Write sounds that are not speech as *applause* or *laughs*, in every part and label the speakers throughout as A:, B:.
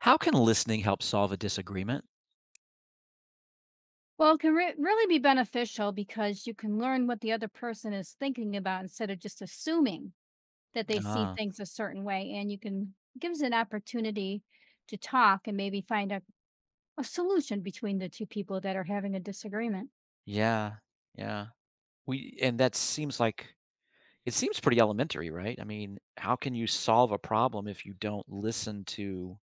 A: How can listening help solve a disagreement?
B: Well, it can really be beneficial because you can learn what the other person is thinking about instead of just assuming that they see
A: Ah,
B: things a certain way. And you can gives an opportunity to talk and maybe find a solution between the two people that are having a disagreement.
A: yeah, yeah. We and that seems like it seems pretty elementary, right? I mean, how can you solve a problem if you don't listen to,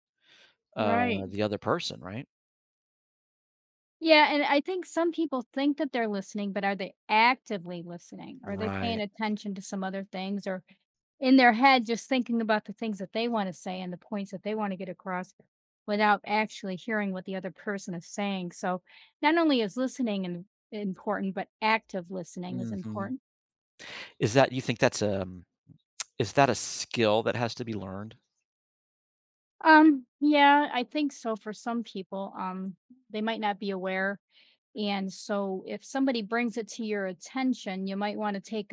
B: Right.
A: the other person, right?
B: Yeah. And I think some people think that they're listening, but are they actively listening? Are they paying
A: Right.
B: attention to some other things or in their head just thinking about the things that they want to say and the points that they want to get across without actually hearing what the other person is saying. So not only is listening and important, but active listening is
A: Mhm.
B: important.
A: Is that you think that's, um is that a skill that has to be learned?
B: Yeah, I think so for some people. They might not be aware. And so if somebody brings it to your attention, you might want to take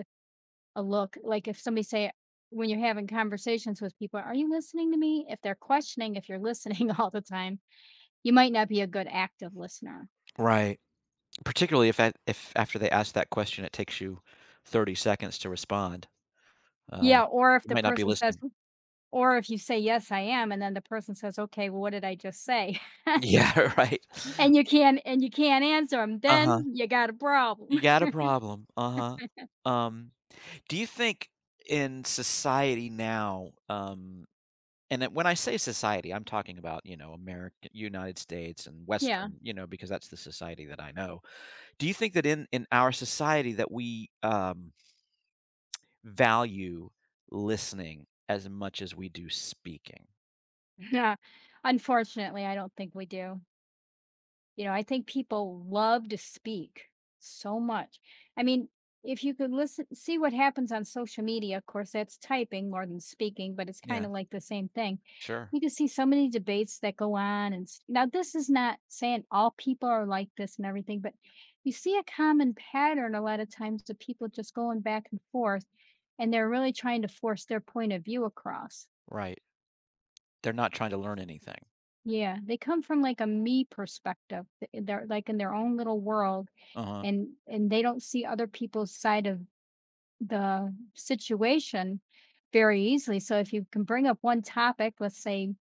B: a look. Like if somebody say when you're having conversations with people, are you listening to me? If they're questioning if you're listening *laughs* all the time, you might not be a good active listener.
A: Right. Particularly if after they ask that question, it takes you 30 seconds to respond, uh,
B: Yeah, or if
A: you
B: the
A: might not be
B: person says
A: listening.
B: or if you say, "Yes, I am," and then the person says, "Okay, well, what did I just say?" *laughs*
A: *laughs* Yeah, right.
B: And you can't answer them,
A: Uh-huh.
B: then you got a
A: You
B: problem. *laughs*
A: got a problem, uh-huh. Um, do you think in society now, and then when I say society, I'm talking about, you know, America, United States and
B: Yeah,
A: Western, you know, because that's the society that I know. Do you think that in our society that we, value listening as much as we do speaking?
B: yeah. Unfortunately, I don't think we do. You know, I think people love to speak so much. I mean, if you could listen, see what happens on social media, of course, that's typing more than speaking, but it's kind
A: Yeah,
B: of like the same thing.
A: sure,
B: You can see so many debates that go on. And now, this is not saying all people are like this and everything, but you see a common pattern a lot of times of people just going back and forth and they're really trying to force their point of view across.
A: right. They're not trying to learn anything.
B: Yeah, they come from like a me perspective. They're like in their own little world
A: Uh-huh,
B: and they don't see other people's side of the situation very easily. So if you can bring up one topic, let's say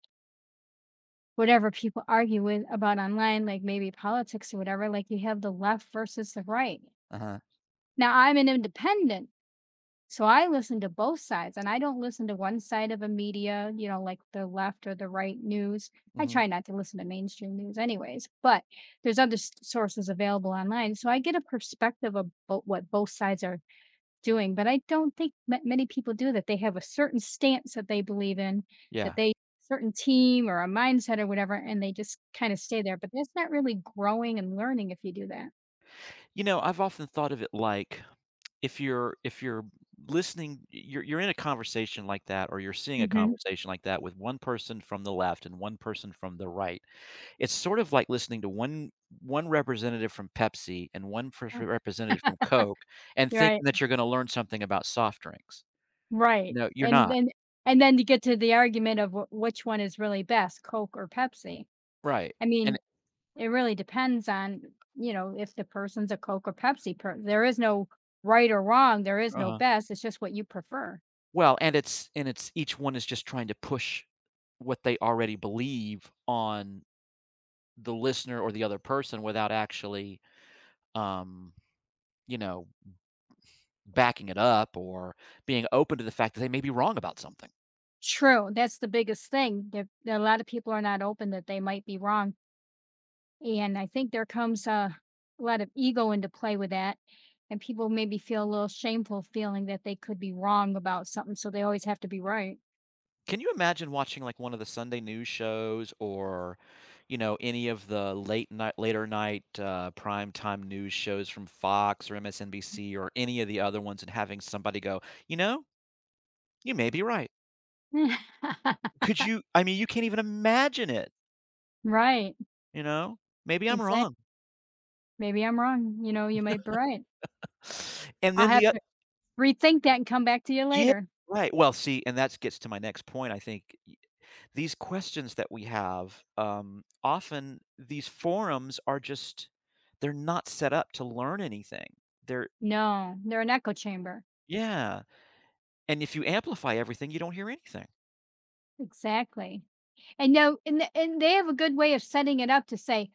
B: whatever people argue with about online, like maybe politics or whatever, like you have the left versus the right.
A: uh-huh,
B: Now I'm an independent, so I listen to both sides and I don't listen to one side of a media, you know, like the left or the right news. I
A: mhm,
B: try not to listen to mainstream news anyways, but there's other sources available online, so I get a perspective of what both sides are doing, but I don't think that many people do that. They have a certain stance that they believe in, that
A: yeah.
B: they certain team or a mindset or whatever, and they just kinda stay there, but that's not really growing and learning if you do that.
A: You know, I've often thought of it like if you're listening you're in a conversation like that, or you're seeing a
B: Mhm.
A: conversation like that with one person from the left and one person from the right. It's sort of like listening to one representative from Pepsi and
B: Uh,
A: representative from Coke and
B: right,
A: thinking that you're going to learn something about soft drinks.
B: right,
A: No, you're not.
B: and then you get to the argument of wh which one is really best, Coke or Pepsi.
A: Right.
B: I
A: And
B: mean, it really depends on, you know, if the person's a Coke or Pepsi per there is no right or wrong, there is no
A: uh
B: best, it's just what you prefer.
A: well, and it's each one is just trying to push what they already believe on the listener or the other person without actually, um, you know, backing it up or being open to the fact that they may be wrong about something.
B: True, that's the biggest thing, that a lot of people are not open that they might be wrong, and I think there comes a lot of ego into play with that, and people maybe feel a little shameful feeling that they could be wrong about something, so they always have to be right.
A: Can you imagine watching, like, one of the Sunday news shows, or, you know, any of the late night later night, prime time news shows from Fox or MSNBC or any of the other ones, and having somebody go, "You know, you may be right."
B: *laughs*
A: Could you I mean, you can't even imagine it,
B: Right.
A: you know? "Maybe I'm
B: Exactly.
A: wrong."
B: "Maybe I'm wrong," you know, "You might be right.
A: And
B: I'll
A: then
B: have
A: the oth
B: to rethink that and come back to you
A: Yeah,
B: later."
A: right. Well, see, and that gets to my next point, I think these questions that we have, often these forums are just they're not set up to learn anything. They're
B: No, they're an echo chamber.
A: yeah, and if you amplify everything, you don't hear anything.
B: Exactly. And no and th and they have a good way of setting it up to say,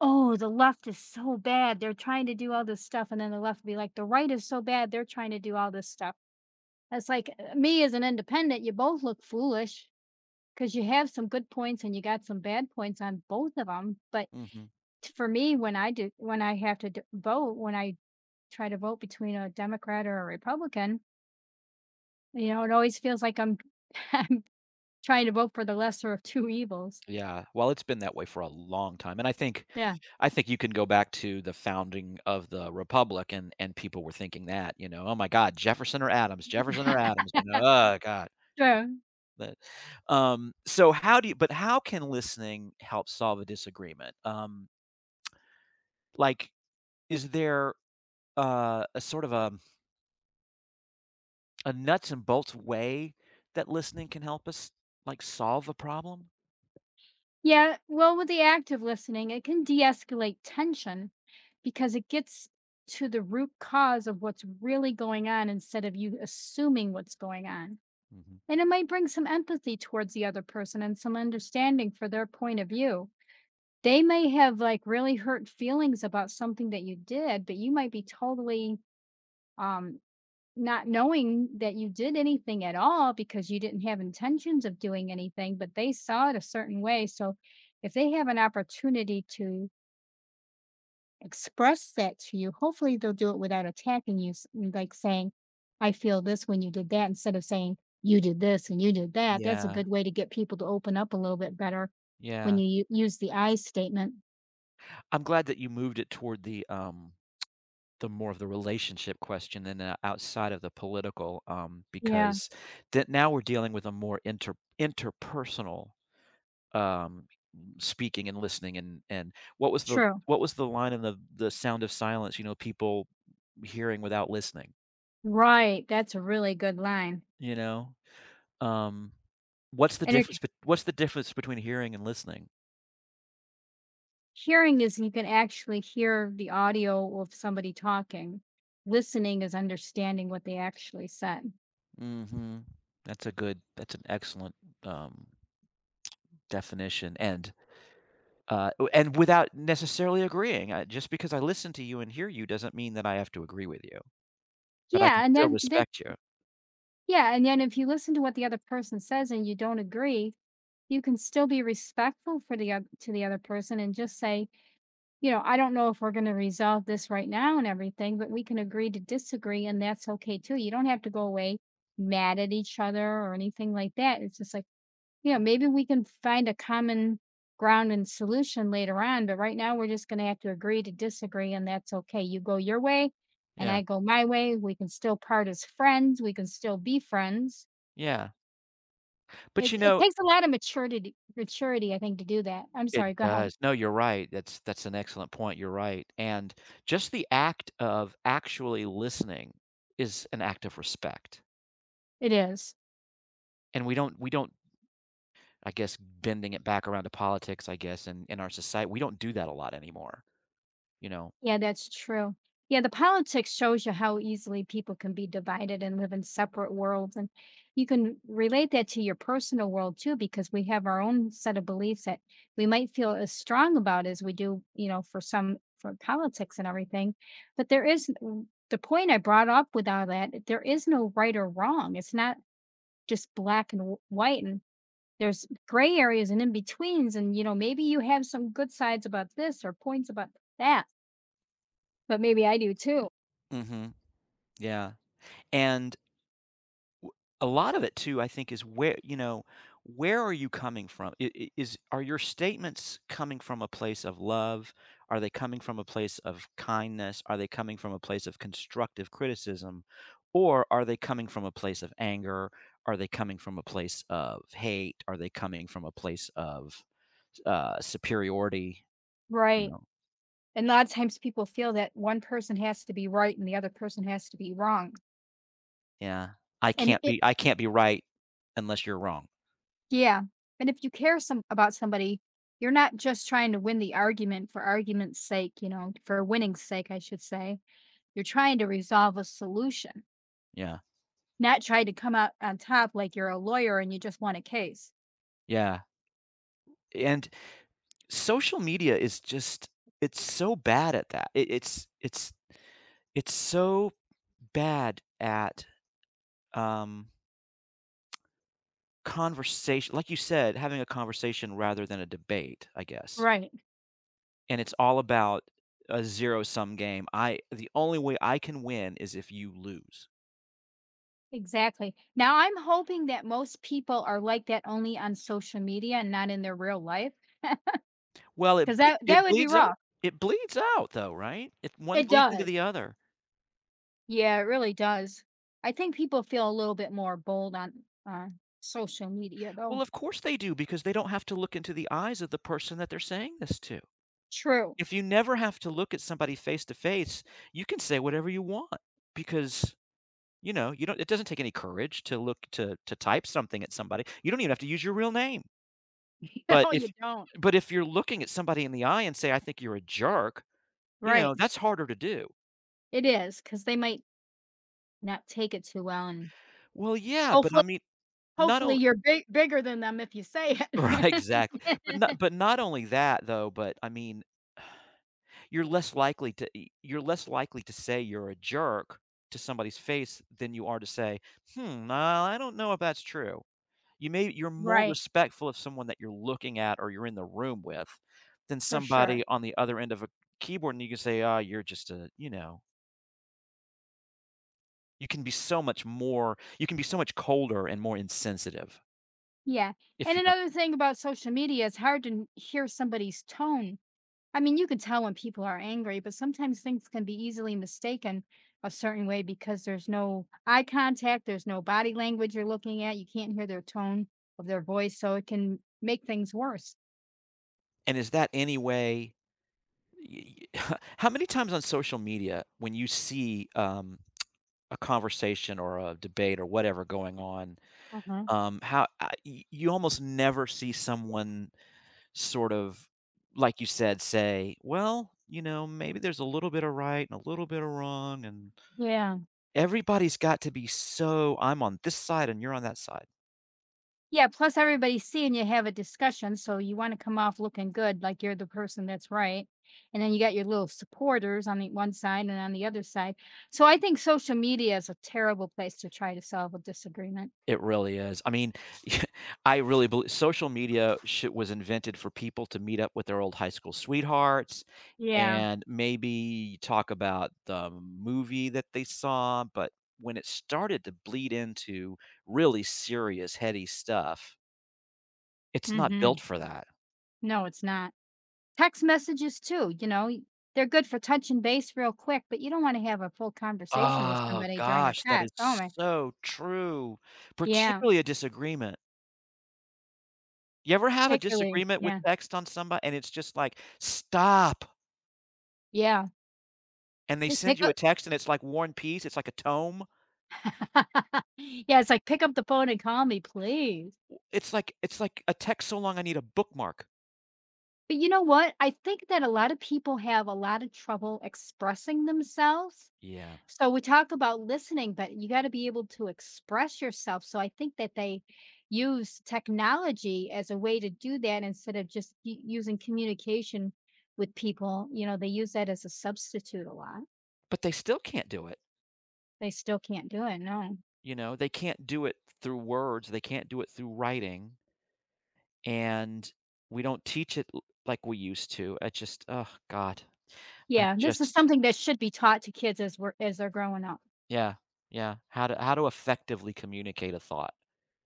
B: "Oh, the left is so bad. They're trying to do all this stuff," and then the left will be like, "The right is so bad. They're trying to do all this stuff." It's like me as an independent, you both look foolish because you have some good points and you got some bad points on both of them. But
A: Mhm.
B: for me, when I do, when I have to vote, when I try to vote between a Democrat or a Republican, you know, it always feels like I'm *laughs* I'm trying to vote for the lesser of two evils.
A: Yeah, well, it's been that way for a long time, and I think
B: Yeah,
A: I think you can go back to the founding of the republic, and people were thinking that, you know, "Oh my god, Jefferson or Adams," you know, "Oh god."
B: sure.
A: But, so how do you but how can listening help solve a disagreement? Like, is there, a sort of a nuts and bolts way that listening can help us, like, solve a problem?
B: Yeah, well, with the active listening, it can de escalate tension because it gets to the root cause of what's really going on instead of you assuming what's going on.
A: Mhm.
B: And it might bring some empathy towards the other person and some understanding for their point of view. They may have like really hurt feelings about something that you did, but you might be totally um not knowing that you did anything at all because you didn't have intentions of doing anything, but they saw it a certain way. So if they have an opportunity to express that to you, hopefully they'll do it without attacking you, like saying, I feel this when you did that, instead of saying, you did this and you did that. That's a
A: Yeah,
B: good way to get people to open up a little bit better when
A: yeah.
B: you use the I statement.
A: I'm glad that you moved it toward the more of the relationship question than outside of the political,
B: Yeah,
A: because that now we're dealing with a more interpersonal, um, speaking and listening and what was the
B: true.
A: what was the line in the Sound of Silence, you know, people hearing without listening,
B: Right. That's a really good line.
A: you know? Um, what's the
B: And it
A: difference bet what's the difference between hearing and listening?
B: Hearing is you can actually hear the audio of somebody talking. Listening is understanding what they actually said.
A: Mhm. That's a good that's an excellent, um, definition, and, w and without necessarily agreeing, just because I listen to you and hear you doesn't mean that I have to agree with you, but I can
B: Yeah, and
A: still
B: then that
A: respect you.
B: yeah, and then if you listen to what the other person says and you don't agree, you can still be respectful for the to the other person and just say, you know, I don't know if we're going to resolve this right now and everything, but we can agree to disagree and that's okay too. You don't have to go away mad at each other or anything like that. It's just like yeah, maybe we can find a common ground and solution later on, but right now we're just going to have to agree to disagree, and that's okay. You go your way, and
A: Yeah,
B: I go my way. We can still part as friends. We can still be friends.
A: yeah,
B: It,
A: but, you
B: it
A: know
B: takes a lot of maturity, I think, to do that. I'm
A: it
B: sorry. Go ahead.
A: does. No, you're right, that's an excellent point, you're right, and just the act of actually listening is an act of respect,
B: It is.
A: and we don't I guess bending it back around to politics, I guess, and in our society, we don't do that a lot anymore, you know?
B: Yeah, that's true. Yeah, the politics shows you how easily people can be divided and live in separate worlds. And you can relate that to your personal world too, because we have our own set of beliefs that we might feel as strong about as we do, you know, for some for politics and everything. But there is the point I brought up with all that, there is no right or wrong. It's not just black and white. And there's gray areas and in betweens. And, you know, maybe you have some good sides about this or points about that, but maybe I do too.
A: Mhm. Yeah. And W A lot of it too, I think, is where you know, where are you coming from? I Is are your statements coming from a place of love? Are they coming from a place of kindness? Are they coming from a place of constructive criticism? Or are they coming from a place of anger? Are they coming from a place of hate? Are they coming from a place of, superiority? You
B: Right.
A: know?
B: And a lot of times people feel that one person has to be right and the other person has to be wrong.
A: Yeah.
B: And it
A: I can't be right unless you're wrong."
B: Yeah. And if you care some about somebody, you're not just trying to win the argument for argument's sake, you know, for winning's sake, I should say. You're trying to resolve a solution,
A: Yeah.
B: not try to come out on top like you're a lawyer and you just won a case.
A: Yeah. And social media is just it's so bad at that. It's so bad at um conversation, like you said, having a conversation rather than a debate, I guess,
B: Right.
A: and it's all about a zero sum game. I The only way I can win is if you lose.
B: Exactly. Now I'm hoping that most people are like that only on social media and not in their real life. Because that
A: It
B: would be
A: bleeds out,
B: rough.
A: it bleeds out though, right? It one
B: It
A: bleeds into
B: does.
A: the other.
B: Yeah, it really does. I think people feel a little bit more bold on, social media, though.
A: Well, of course they do, because they don't have to look into the eyes of the person that they're saying this to.
B: True.
A: If you never have to look at somebody face to face, you can say whatever you want because, you know, you don't it doesn't take any courage to look to type something at somebody. You don't even have to use your real name.
B: *laughs*
A: But
B: No, you
A: if
B: don't.
A: but if you're looking at somebody in the eye and say, "I think you're a jerk," you
B: Right.
A: know, that's harder to do.
B: It is because they might not take it too well, and
A: Well, yeah, but I
B: hopefully
A: mean, not only
B: you're bigger than them if you say
A: *laughs* right,
B: it. *laughs*
A: exactly. But not only that though, but I mean, you're less likely to you're less likely to say you're a jerk to somebody's face than you are to say, "Hmm, nah, I don't know if that's true." You're more
B: Right,
A: respectful of someone that you're looking at or you're in the room with than
B: for sure.
A: somebody on the other end of a keyboard, and you can say, "Ah, you're just a" you know? You can be so much colder and more insensitive
B: Yeah,
A: if
B: and
A: you don't
B: another thing about social media, it's hard to n hear somebody's tone. I mean, you can tell when people are angry, but sometimes things can be easily mistaken a certain way because there's no eye contact, there's no body language you're looking at, you can't hear their tone of their voice, so it can make things worse.
A: and is that any way y y *laughs* how many times on social media when you see, a conversation or a debate or whatever going on,
B: Hmm.
A: how I y you almost never see someone sort of, like you said, say, "Well, you know, maybe there's a little bit of right and a little bit of wrong," and
B: Yeah.
A: everybody's got to be so, "I'm on this side and you're on that side."
B: Yeah. Plus, everybody's seeing you have a discussion. So you want to come off looking good, like you're the person that's right. And then you got your little supporters on the one side and on the other side. So I think social media is a terrible place to try to solve a disagreement.
A: It really is. I mean, *laughs* I really believe social media sh was invented for people to meet up with their old high school sweethearts
B: Yeah.
A: and maybe talk about the movie that they saw, but when it started to bleed into really serious, heady stuff, it's not
B: Hmm.
A: built for that.
B: No, it's not. Text messages too, you know, they're good for touching base real quick, but you don't wanna have a full conversation with
A: Oh
B: somebody during a
A: gosh, that
B: text.
A: is
B: Oh my
A: so true,
B: yeah,
A: particularly a disagreement. You ever have a
B: particularly.
A: disagreement with
B: Yeah,
A: text on somebody, and it's just like, "Stop!"
B: yeah.
A: and
B: It's
A: they
B: like,
A: send
B: "Pick
A: you a
B: up"
A: text and it's like War and Peace, it's like a tome.
B: *laughs* Yeah, it's like, "Pick up the phone and call me, please."
A: W it's like a text so long I need a bookmark.
B: But you know what? I think that a lot of people have a lot of trouble expressing themselves.
A: Yeah.
B: So we talk about listening, but you gotta be able to express yourself, so I think that they use technology as a way to do that instead of just u using communication with people, you know, they use that as a substitute a lot.
A: But they still can't do it,
B: They still can't do it, no.
A: you know? They can't do it through words, they can't do it through writing, and we don't teach it l like we used to. I just oh god. I
B: Yeah, this is
A: just
B: something that should be taught to kids as we're as they're growing up.
A: yeah, yeah. How to effectively communicate a thought.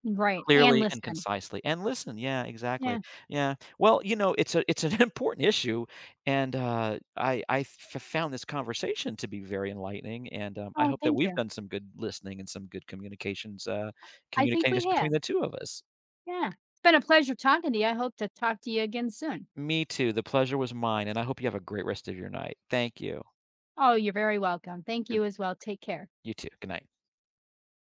B: Right, and
A: Clearly and
B: listen.
A: concisely, and listen yeah, exactly.
B: Yeah.
A: Yeah. Well, you know, it's a it's an *laughs* important issue, and, I f found this conversation to be very enlightening, and, I
B: Oh,
A: hope that
B: thank
A: we've
B: you.
A: done some good listening and some good communications,
B: I think
A: communicating
B: we
A: just between
B: have.
A: the two of us.
B: Yeah. It's been a pleasure talking to you, I hope to talk to you again soon.
A: Me too, the pleasure was mine, and I hope you have a great rest of your night. Thank you.
B: Oh, you're very welcome. Thank
A: Good
B: you as well, take care.
A: You too. Good night.